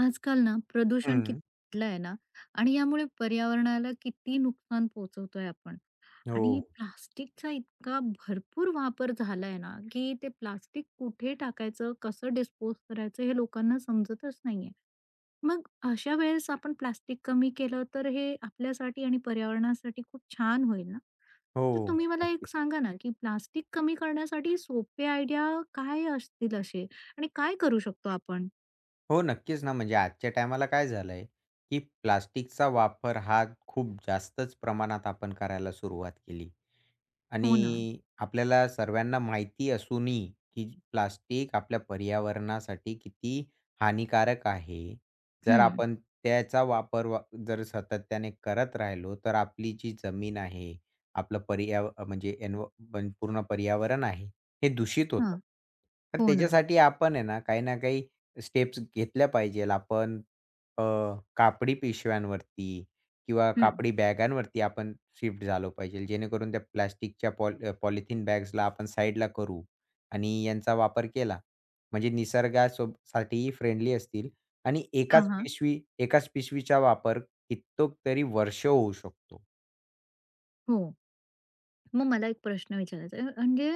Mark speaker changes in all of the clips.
Speaker 1: आजकाल ना प्रदूषण
Speaker 2: हं.
Speaker 1: किती वाढलंय ना? आणि यामुळे पर्यावरणाला किती नुकसान पोहोचवतोय आपण?
Speaker 2: हो.
Speaker 1: आणि प्लास्टिकचा इतका भरपूर वापर झालाय ना की ते प्लास्टिक कुठे टाकायचं, कसं डिस्पोज करायचं, हे लोकांना समजतच नाहीये. मग अशा वेळेस आपण प्लास्टिक कमी केलं तर हे आपल्यासाठी आणि पर्यावरणासाठी खूप छान होईल ना. तर
Speaker 2: हो.
Speaker 1: तुम्ही मला एक
Speaker 2: नक्कीच.
Speaker 1: सांगा ना, की प्लास्टिक कमी करण्यासाठी सोपे आयडिया काय असतील असे, आणि काय करू शकतो आपण?
Speaker 2: हो, नक्कीच ना, म्हणजे आजच्या टायमाला काय झालंय, की प्लास्टिकचा वापर हा खूप जास्तच प्रमाणात आपण करायला सुरुवात केली.
Speaker 1: हो ना.
Speaker 2: आणि आपल्याला सर्वांना माहिती असूनही, की प्लास्टिक आपल्या पर्यावरणासाठी किती हानिकारक आहे. जर
Speaker 1: हम्म.
Speaker 2: आपण त्याचा वापर वा जर सातत्याने करत राहिलो, तर आपली जी जमीन आहे, आपलं पर्याव म्हणजे एन्व पण पूर्ण पर्यावरण आहे, हे दूषित
Speaker 1: हा.
Speaker 2: होतं. तर
Speaker 1: हो ना.
Speaker 2: त्याच्यासाठी आपण आहे ना, काही ना काही स्टेप्स घेतल्या पाहिजेल. आपण अ, कापडी पिशव्यांवरती किंवा
Speaker 1: हं.
Speaker 2: कापडी बॅगांवरती आपण शिफ्ट झालो पाहिजे. जेणेकरून त्या प्लास्टिकच्या पॉलिथिन बॅग्सला आपण साईडला करू आणि यांचा वापर केला. म्हणजे निसर्गासोब साठीही फ्रेंडली असतील आणि
Speaker 1: हां, हां.
Speaker 2: एकाच पिशवीचा वापर कित्येक तरी वर्ष होऊ शकतो.
Speaker 1: हो. मग मला एक प्रश्न विचारायचा आहे, म्हणजे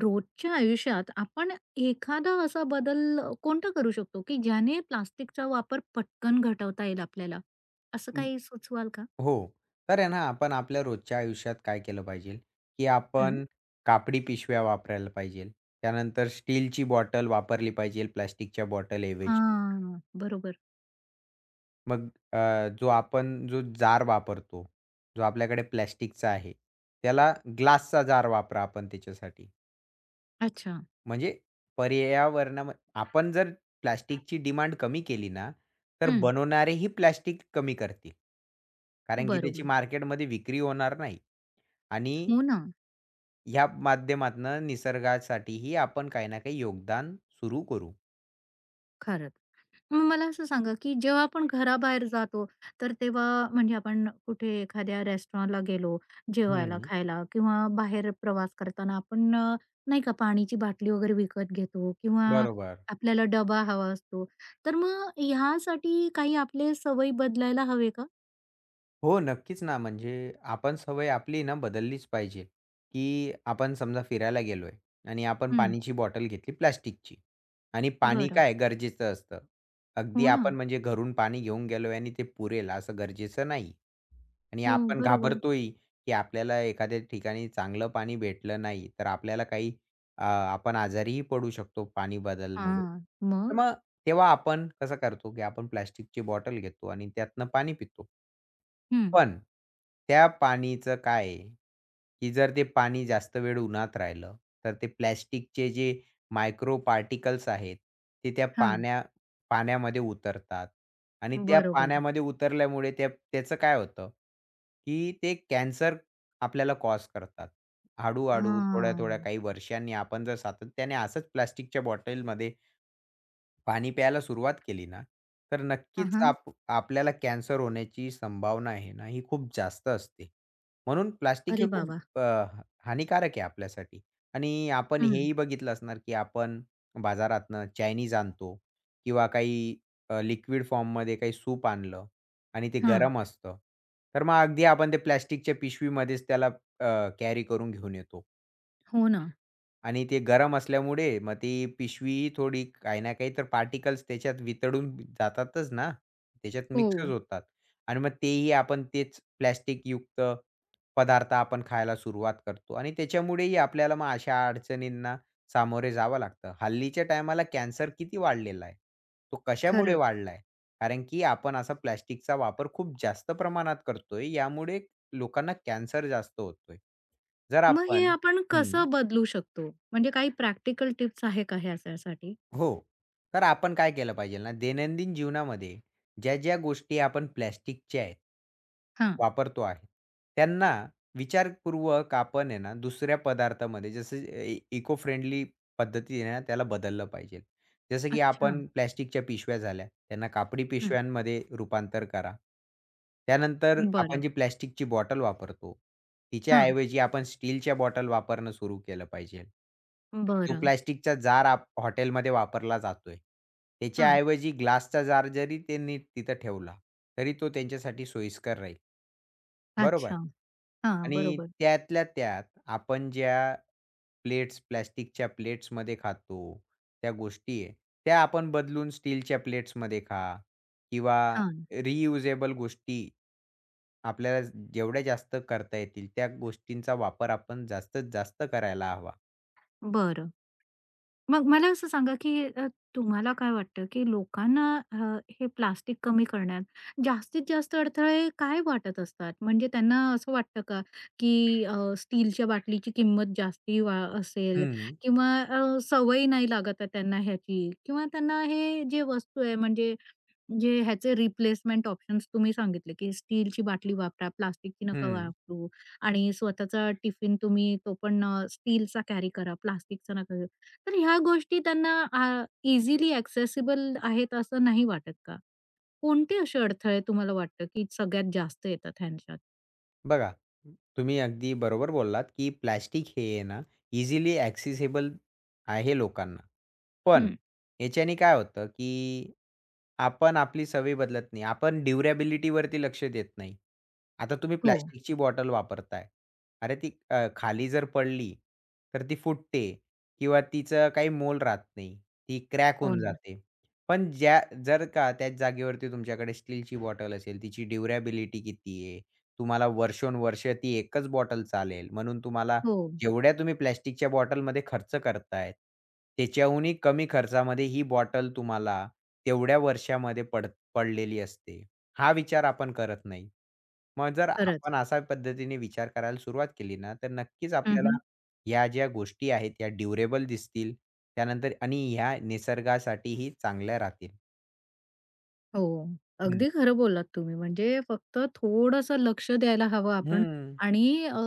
Speaker 1: रोजच्या आयुष्यात आपण एखादा असा बदल कोणता करू शकतो, की ज्याने प्लास्टिकचा वापर पटकन घटवता येईल आपल्याला? असं
Speaker 2: हं.
Speaker 1: काही सुचवाल का?
Speaker 2: हो. तर आहे ना आपण आपल्या रोजच्या आयुष्यात काय केलं पाहिजे, की
Speaker 1: हं.
Speaker 2: आपण कापडी पिशव्या वापरायला पाहिजे. त्यानंतर स्टीलची बॉटल वापरली पाहिजे प्लास्टिकच्या बॉटलऐवजी.
Speaker 1: हां, बरोबर.
Speaker 2: मग जो आपण जो जार वापरतो, जो आपल्याकडे प्लास्टिकचा आहे, त्याला ग्लासचा जार वापरा आपण त्याच्यासाठी.
Speaker 1: अच्छा.
Speaker 2: म्हणजे पर्यावरणाम आपण जर प्लास्टिकची डिमांड कमी केली ना, तर
Speaker 1: हं.
Speaker 2: बनवणारेही प्लास्टिक कमी करतील. कारण की त्याची
Speaker 1: बरोबर.
Speaker 2: मार्केटमध्ये विक्री होणार नाही आणि
Speaker 1: हो ना.
Speaker 2: ह्या माध्यमातनं निसर्गासाठीही आपण काही ना काही योगदान सुरू करू.
Speaker 1: खरंच. मग मला असं सांगा, की जेव्हा आपण घराबाहेर जातो, तर तेव्हा म्हणजे आपण कुठे एखाद्या रेस्टॉरंटला गेलो जेवायला,
Speaker 2: हं,
Speaker 1: खायला किंवा बाहेर प्रवास करताना आपण नाही का पाण्याची बाटली वगैरे विकत घेतो, किंवा
Speaker 2: बरोबर.
Speaker 1: आपल्याला डबा हवा असतो. तर मग ह्यासाठी काही आपले सवयी बदलायला हवे का?
Speaker 2: हो, नक्कीच ना. म्हणजे आपण सवय आपली ना बदललीच पाहिजे, की आपण समजा फिरायला गेलोय आणि आपण
Speaker 1: हं.
Speaker 2: पाण्याची बॉटल घेतली प्लास्टिकची आणि पाणी
Speaker 1: बरं.
Speaker 2: काय गरजेचं असतं. अगदी
Speaker 1: हो ना.
Speaker 2: आपण म्हणजे घरून पाणी घेऊन गेलोय आणि ते पुरेल असं गरजेचं नाही. आणि
Speaker 1: हो,
Speaker 2: आपण
Speaker 1: बरोबर.
Speaker 2: घाबरतोही, की आपल्याला एखाद्या ठिकाणी चांगलं पाणी भेटलं नाही, तर आपल्याला आपण आजारीही पडू शकतो पाणी बदलमुळे.
Speaker 1: हां.
Speaker 2: तर
Speaker 1: मग?
Speaker 2: मग तेव्हा आपण कसं करतो, की आपण प्लास्टिकची बॉटल घेतो आणि त्यातनं पाणी पितो.
Speaker 1: हं.
Speaker 2: पण त्या पाणीचं काय आहे, की जर ते पाणी जास्त वेळ उन्हात राहिलं, तर ते प्लास्टिकचे जे मायक्रो पार्टिकल्स आहेत, ते त्या
Speaker 1: हां.
Speaker 2: पाण्या पाण्यामध्ये उतरतात आणि त्या
Speaker 1: बरोबर.
Speaker 2: पाण्यामध्ये उतरल्यामुळे त्या त्याचं काय होतं, की ते कॅन्सर आपल्याला कॉज करतात. हळू-हळू,
Speaker 1: हां.
Speaker 2: थोड्या-थोड्या काही वर्षांनी आपण जर सातत्याने असंच प्लास्टिकच्या बॉटलमध्ये पाणी प्यायला सुरुवात केली ना, तर
Speaker 1: हां,
Speaker 2: नक्कीच
Speaker 1: हां.
Speaker 2: आपल्याला कॅन्सर होण्याची संभावना आहे ना, ही खूप जास्त असते. म्हणून प्लास्टिक हे
Speaker 1: अरे
Speaker 2: खूप
Speaker 1: बाबा!
Speaker 2: अ, हानिकारक आहे आपल्यासाठी आणि आपण
Speaker 1: हं.
Speaker 2: हेही बघितलं असणार, की आपण बाजारातनं चायनीज आणतो किंवा लिक्विड फॉर्ममध्ये काही सूप आणलं आणि ते
Speaker 1: हां.
Speaker 2: गरम असतं. तर मग अगदी आपण ते प्लास्टिकच्या पिशवीमध्येच त्याला कॅरी करून घेऊन येतो.
Speaker 1: हो ना.
Speaker 2: आणि ते गरम असल्यामुळे मग ती पिशवी थोडी काही ना काही तर पार्टिकल्स त्याच्यात वितळून जातातच ना. त्याच्यात मिक्सच
Speaker 1: हो.
Speaker 2: होतात आणि मग तेही आपण तेच प्लास्टिकयुक्त पदार्थ आपण खायला सुरुवात करतो आणि त्याच्यामुळेही आपल्याला मग अशा अडचणींना सामोरे जावं लागतं. हल्लीच्या टायमाला कॅन्सर किती वाढलेला आहे. तो कशामुळे
Speaker 1: खरंच.
Speaker 2: वाढला कारण की आपण असा प्लास्टिकचा वापर खूप जास्त प्रमाणात करतोय. यामुळे लोकांना कॅन्सर जास्त होतोय. जर
Speaker 1: मग हे
Speaker 2: आपण
Speaker 1: आपण
Speaker 2: हं.
Speaker 1: कसं बदलू शकतो? म्हणजे काही प्रॅक्टिकल टिप्स आहे का ह्याच्यासाठी?
Speaker 2: हो. तर आपण काय केलं पाहिजे ना, दैनंदिन जीवनामध्ये ज्या-ज्या गोष्टी आपण प्लास्टिकच्या आहेत,
Speaker 1: हां.
Speaker 2: वापरतो आहे, त्यांना विचारपूर्वक आपण आहे ना, दुसऱ्या पदार्थामध्ये जसं ए इको फ्रेंडली पद्धतीने ना त्याला बदललं पाहिजे. जसं की
Speaker 1: अच्छा.
Speaker 2: आपण प्लास्टिकच्या पिशव्या झाल्या, त्यांना कापडी
Speaker 1: हं.
Speaker 2: पिशव्यांमध्ये रूपांतर करा. त्यानंतर आपण
Speaker 1: बरं.
Speaker 2: जी प्लास्टिकची बॉटल वापरतो,
Speaker 1: हां.
Speaker 2: तिच्याऐवजी आपण स्टीलच्या बॉटल वापरणं सुरू केलं पाहिजे. जो
Speaker 1: बरं.
Speaker 2: प्लास्टिकचा जार आप हॉटेलमध्ये वापरला जातोय.
Speaker 1: हां.
Speaker 2: त्याच्याऐवजी ग्लासचा जार जरी त्यांनी तिथं ठेवला, तरी तो त्यांच्यासाठी सोयीस्कर राहील. बरोबर.
Speaker 1: अच्छा. हां,
Speaker 2: आणि
Speaker 1: बरोबर.
Speaker 2: त्यातल्या त्यात आपण ज्या प्लेट्स, प्लास्टिकच्या प्लेट्समध्ये खातो, त्या गोष्टी आहे, त्या आपण बदलून स्टीलच्या प्लेट्समध्ये खा किंवा
Speaker 1: हां.
Speaker 2: रियुजेबल गोष्टी आपल्याला जेवढ्या जास्त करता येतील, त्या गोष्टींचा वापर आपण जास्तीत जास्त करायला हवा.
Speaker 1: बरं. मग मला असं सांगा, की तुम्हाला काय वाटतं, की लोकांना अ, हे प्लास्टिक कमी करण्यात जास्तीत जास्त अडथळे काय वाटत असतात? म्हणजे त्यांना असं वाटतं का, की स्टीलच्या बाटलीची किंमत जास्ती वा असेल,
Speaker 2: हं.
Speaker 1: किंवा सवय नाही लागत आहे त्यांना ह्याची, किंवा त्यांना हे जे वस्तू आहे, म्हणजे म्हणजे ह्याचे रिप्लेसमेंट ऑप्शन्स तुम्ही सांगितले, की स्टीलची बाटली वापरा, प्लास्टिकची नका
Speaker 2: हं.
Speaker 1: वापरू, आणि स्वतःचा टिफिन तुम्ही तो पण स्टीलचा कॅरी करा, प्लास्टिकचा नका घेऊ. तर ह्या गोष्टी त्यांना इझिली एक्सेसिबल आहेत असं नाही वाटत का? कोणते असे अडथळे तुम्हाला वाटतं, की सगळ्यात जास्त येतात ह्यांच्यात?
Speaker 2: बघा, तुम्ही अगदी बरोबर बोललात, की प्लास्टिक हे आहे ना, इझिली ॲक्सेसिबल आहे लोकांना. पण
Speaker 1: हं.
Speaker 2: याच्याने काय होतं, की आपण आपली सवय बदलत नाही. आपण ड्युरेबिलिटीवरती लक्ष देत नाही. आता तुम्ही
Speaker 1: हो.
Speaker 2: प्लास्टिकची बॉटल वापरताय. अरे, खाली जर पडली, तर ती फुटते किंवा तिचं काही मोल राहत नाही. ती क्रॅक
Speaker 1: हो
Speaker 2: होऊन
Speaker 1: ना.
Speaker 2: जाते. पण ज्या जर का त्याच जागेवरती तुमच्याकडे स्टीलची बॉटल असेल, तिची ड्युरेबिलिटी किती आहे? तुम्हाला वर्षोनवर्ष ती एकच बॉटल चालेल म्हणून तुम्हाला
Speaker 1: हो,
Speaker 2: जेवढ्या तुम्ही प्लास्टिकच्या बॉटलमध्ये खर्च करताय, त्याच्याहूनही कमी खर्चामध्ये ही बॉटल तुम्हाला तेवढ्या वर्षामध्ये पडलेली असते. हा विचार आपण करत नाही. मग जर
Speaker 1: खरंच.
Speaker 2: आपण अशा पद्धतीने विचार करायला सुरुवात केली ना, तर नक्कीच आपल्याला
Speaker 1: हं,
Speaker 2: ह्या ज्या गोष्टी आहेत, या ड्युरेबल दिसतील. त्यानंतर आणि ह्या निसर्गासाठीही चांगल्या राहतील.
Speaker 1: हो.
Speaker 2: हं.
Speaker 1: अगदी खरं बोललात तुम्ही. म्हणजे फक्त थोडंसं लक्ष द्यायला हवं आपण,
Speaker 2: हं.
Speaker 1: आणि अ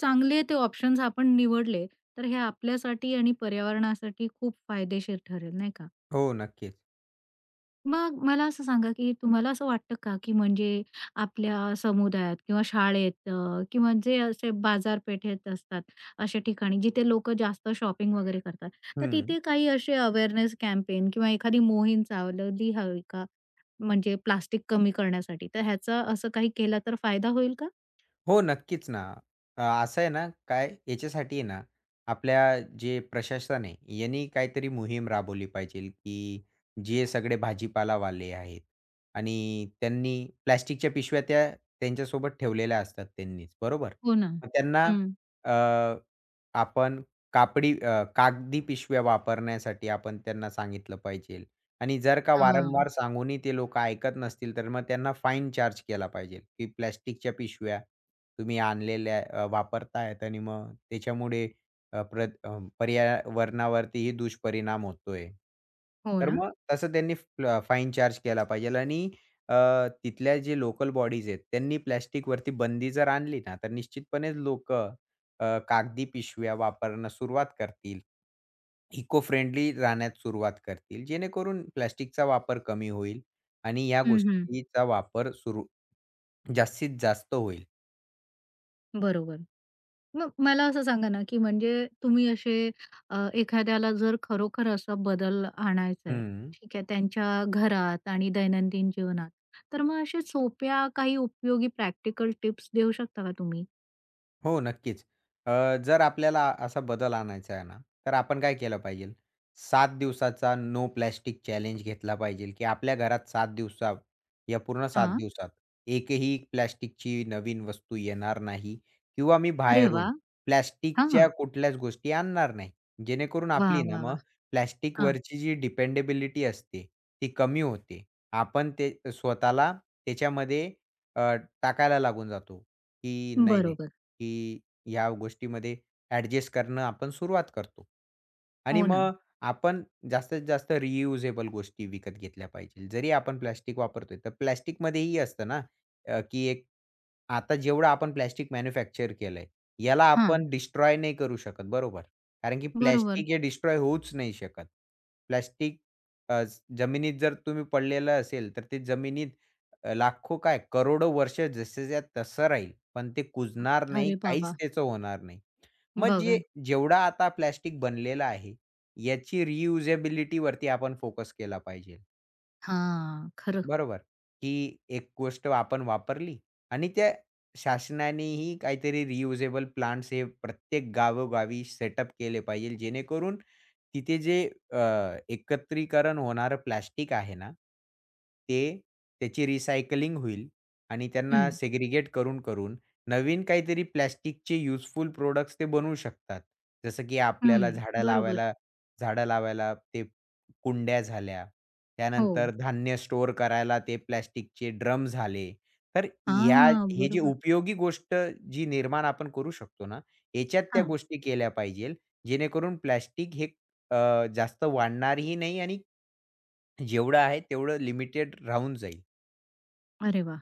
Speaker 1: चांगले ते ऑप्शन्स आपण निवडले, तर हे आपल्यासाठी आणि पर्यावरणासाठी खूप फायदेशीर ठरेल, नाही का?
Speaker 2: हो, नक्कीच.
Speaker 1: मग मला असं सांगा, की तुम्हाला असं वाटतं का, की म्हणजे आपल्या समुदायात किंवा शाळेत, किंवा जे असे बाजारपेठेत असतात, अशा ठिकाणी जिथे लोक जास्त शॉपिंग वगैरे करतात, तर
Speaker 2: हं.
Speaker 1: तिथे काही असे अवेअरनेस कॅम्पेन किंवा एखादी मोहीम चालवली हवी का? म्हणजे प्लास्टिक कमी करण्यासाठी, तर ह्याचा असं काही केला तर फायदा होईल का?
Speaker 2: हो, नक्कीच ना. असं आहे ना, काय याच्यासाठी आहे ना, आपल्या जे प्रशासन आहे, यांनी काहीतरी मोहीम राबवली पाहिजे, की जे सगळे भाजीपालावाले आहेत आणि त्यांनी प्लास्टिकच्या पिशव्या त्या त्यांच्यासोबत ठेवलेल्या असतात त्यांनीच, बरोबर?
Speaker 1: हो ना.
Speaker 2: मग त्यांना
Speaker 1: हं.
Speaker 2: अ, आपण कागदी पिशव्या वापरण्यासाठी आपण त्यांना सांगितलं पाहिजे आणि जर का
Speaker 1: हां.
Speaker 2: वारंवार सांगूनही ते लोकं ऐकत नसतील, तर मग त्यांना फाईन चार्ज केला पाहिजे, की प्लास्टिकच्या पिशव्या तुम्ही आणलेल्या वापरतायत आणि मग त्याच्यामुळे पर्यावरणावरतीही दुष्परिणाम होतोय.
Speaker 1: हो
Speaker 2: तर
Speaker 1: ना?
Speaker 2: मग तसं त्यांनी फाईन चार्ज केला पाहिजे आणि अ, तिथल्या जे लोकल बॉडीज आहेत, त्यांनी प्लास्टिकवरती बंदी जर आणली ना, तर निश्चितपणेच लोकं कागदी पिशव्या वापरणं सुरुवात करतील. इको फ्रेंडली राहण्यास सुरुवात करतील, जेणेकरून प्लास्टिकचा वापर कमी होईल आणि या
Speaker 1: हं, हं.
Speaker 2: गोष्टीचा वापर सुरू जास्तीत जास्त होईल.
Speaker 1: बरोबर. मग मला असं सांगा ना, की म्हणजे तुम्ही असे एखाद्याला जर खरोखर असा बदल आणायचा आहे,
Speaker 2: हं.
Speaker 1: ठीक आहे, त्यांच्या घरात आणि दैनंदिन जीवनात, तर मग अशा सोप्या काही उपयोगी प्रॅक्टिकल टिप्स देऊ शकता का तुम्ही?
Speaker 2: हो, नक्कीच. जर आपल्याला असा बदल आणायचा आहे ना, तर आपण काय केलं पाहिजे? 7 दिवसाचा नो प्लास्टिक चॅलेंज घेतला पाहिजे, की आपल्या घरात 7 दिवसात या पूर्ण 7
Speaker 1: हां.
Speaker 2: दिवसात एकही प्लास्टिकची नवीन वस्तू येणार नाही किंवा मी
Speaker 1: अरे वा.
Speaker 2: बाहेरून
Speaker 1: हां, हां.
Speaker 2: प्लास्टिकच्या कुठल्याच गोष्टी आणणार नाही. जेणेकरून
Speaker 1: वाह,
Speaker 2: आपली ना
Speaker 1: वाह,
Speaker 2: मग
Speaker 1: वाह!
Speaker 2: प्लास्टिकवरची जी डिपेंडेबिलिटी असते, ती कमी होते. आपण ते स्वतःला त्याच्यामध्ये अ, टाकायला लागून जातो, की नाही, नाही.
Speaker 1: बरोबर.
Speaker 2: की या गोष्टीमध्ये ॲडजस्ट करणं आपण सुरुवात करतो. आणि
Speaker 1: हो ना.
Speaker 2: मग आपण जास्तीत जास्त रियुजेबल गोष्टी विकत घेतल्या पाहिजे. जरी आपण प्लास्टिक वापरतोय, तर प्लास्टिकमध्येही असतं ना, अ, की एक आता जेवढं आपण प्लास्टिक मॅन्युफॅक्चर केलंय, याला
Speaker 1: हां.
Speaker 2: आपण डिस्ट्रॉय नाही करू शकत, बरोबर? कारण की
Speaker 1: बरोबर.
Speaker 2: प्लास्टिक हे डिस्ट्रॉय होऊच नाही शकत. प्लास्टिक जमिनीत जर तुम्ही पडलेलं असेल, तर ते जमिनीत लाखो काय करोडो वर्ष जसंच्या तसं राहील. पण ते कुजणार नाही,
Speaker 1: अरे
Speaker 2: काहीच
Speaker 1: बाबा!
Speaker 2: त्याचं होणार नाही. मग
Speaker 1: बघा.
Speaker 2: जे जेवढा आता प्लास्टिक बनलेलं आहे, याची रियुजेबिलिटीवरती आपण फोकस केला पाहिजे.
Speaker 1: हां, खरं.
Speaker 2: बरोबर, की एक गोष्ट आपण वापरली आणि त्या शासनानेही काहीतरी रियुजेबल प्लांट्स हे प्रत्येक गावोगावी सेटअप केले पाहिजे, जेणेकरून तिथे जे अ, एकत्रीकरण होणारं प्लास्टिक आहे ना, ते त्याची रिसायकलिंग होईल आणि त्यांना
Speaker 1: हं.
Speaker 2: सेग्रीगेट करून-करून नवीन काहीतरी प्लास्टिकचे युजफुल प्रॉडक्ट्स ते बनवू शकतात. जसं की
Speaker 1: हं.
Speaker 2: आपल्याला झाडं
Speaker 1: बरोबर.
Speaker 2: लावायला ते कुंड्या झाल्या.
Speaker 1: हो.
Speaker 2: त्यानंतर धान्य स्टोअर करायला ते प्लास्टिकचे ड्रम झाले. तर ह्या
Speaker 1: हां,
Speaker 2: हे जे
Speaker 1: बरोबर.
Speaker 2: उपयोगी गोष्ट जी निर्माण आपण करू शकतो ना, याच्यात त्या
Speaker 1: हां.
Speaker 2: गोष्टी केल्या पाहिजेल. जेणेकरून प्लास्टिक हे जास्त वाढणारही नाही आणि जेवढं आहे तेवढं लिमिटेड राहून जाईल.
Speaker 1: अरे वाह!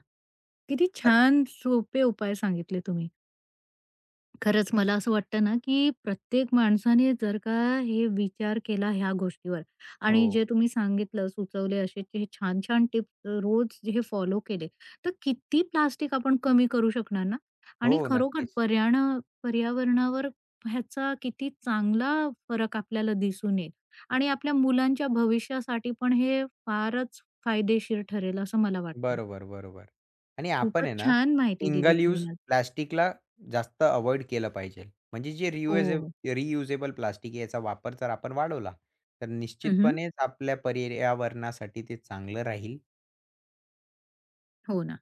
Speaker 1: किती
Speaker 2: तर
Speaker 1: छान सोपे उपाय सांगितले तुम्ही. खरंच मला असं वाटतं ना, की प्रत्येक माणसाने जर का हे विचार केला ह्या गोष्टीवर, आणि जे
Speaker 2: हो.
Speaker 1: तुम्ही सांगितलं, सुचवले असे जे छान-छान टिप्स रोज जे हे फॉलो केले, तर किती प्लास्टिक आपण कमी करू शकणार ना,
Speaker 2: हो,
Speaker 1: आणि खरोखर
Speaker 2: नक्कीच.
Speaker 1: पर्यावरणावर ह्याचा किती चांगला फरक आपल्याला दिसून येईल, आणि आपल्या मुलांच्या भविष्यासाठी पण हे फारच फायदेशीर ठरेल असं मला वाटतं.
Speaker 2: बरोबर, बरोबर. आणि आपण
Speaker 1: खूपच
Speaker 2: आहे ना,
Speaker 1: छान माहिती दिली
Speaker 2: सिंगल यूज
Speaker 1: तुम्ही आज.
Speaker 2: प्लास्टिकला जास्त अव्हॉइड केलं पाहिजे. म्हणजे जे रियुजेब
Speaker 1: हो.
Speaker 2: रियुजेबल प्लास्टिक याचा वापर जर आपण वाढवला, तर
Speaker 1: हं,
Speaker 2: निश्चितपणेच आपल्या पर्यावरणासाठी ते चांगलं राहील.
Speaker 1: हो ना.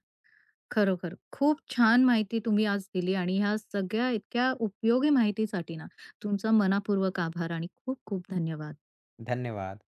Speaker 1: खरोखर खूप छान माहिती तुम्ही आज दिली, आणि ह्या सगळ्या इतक्या उपयोगी माहितीसाठी ना, तुमचा मनापूर्वक आभार आणि खूप खूप धन्यवाद.
Speaker 2: धन्यवाद.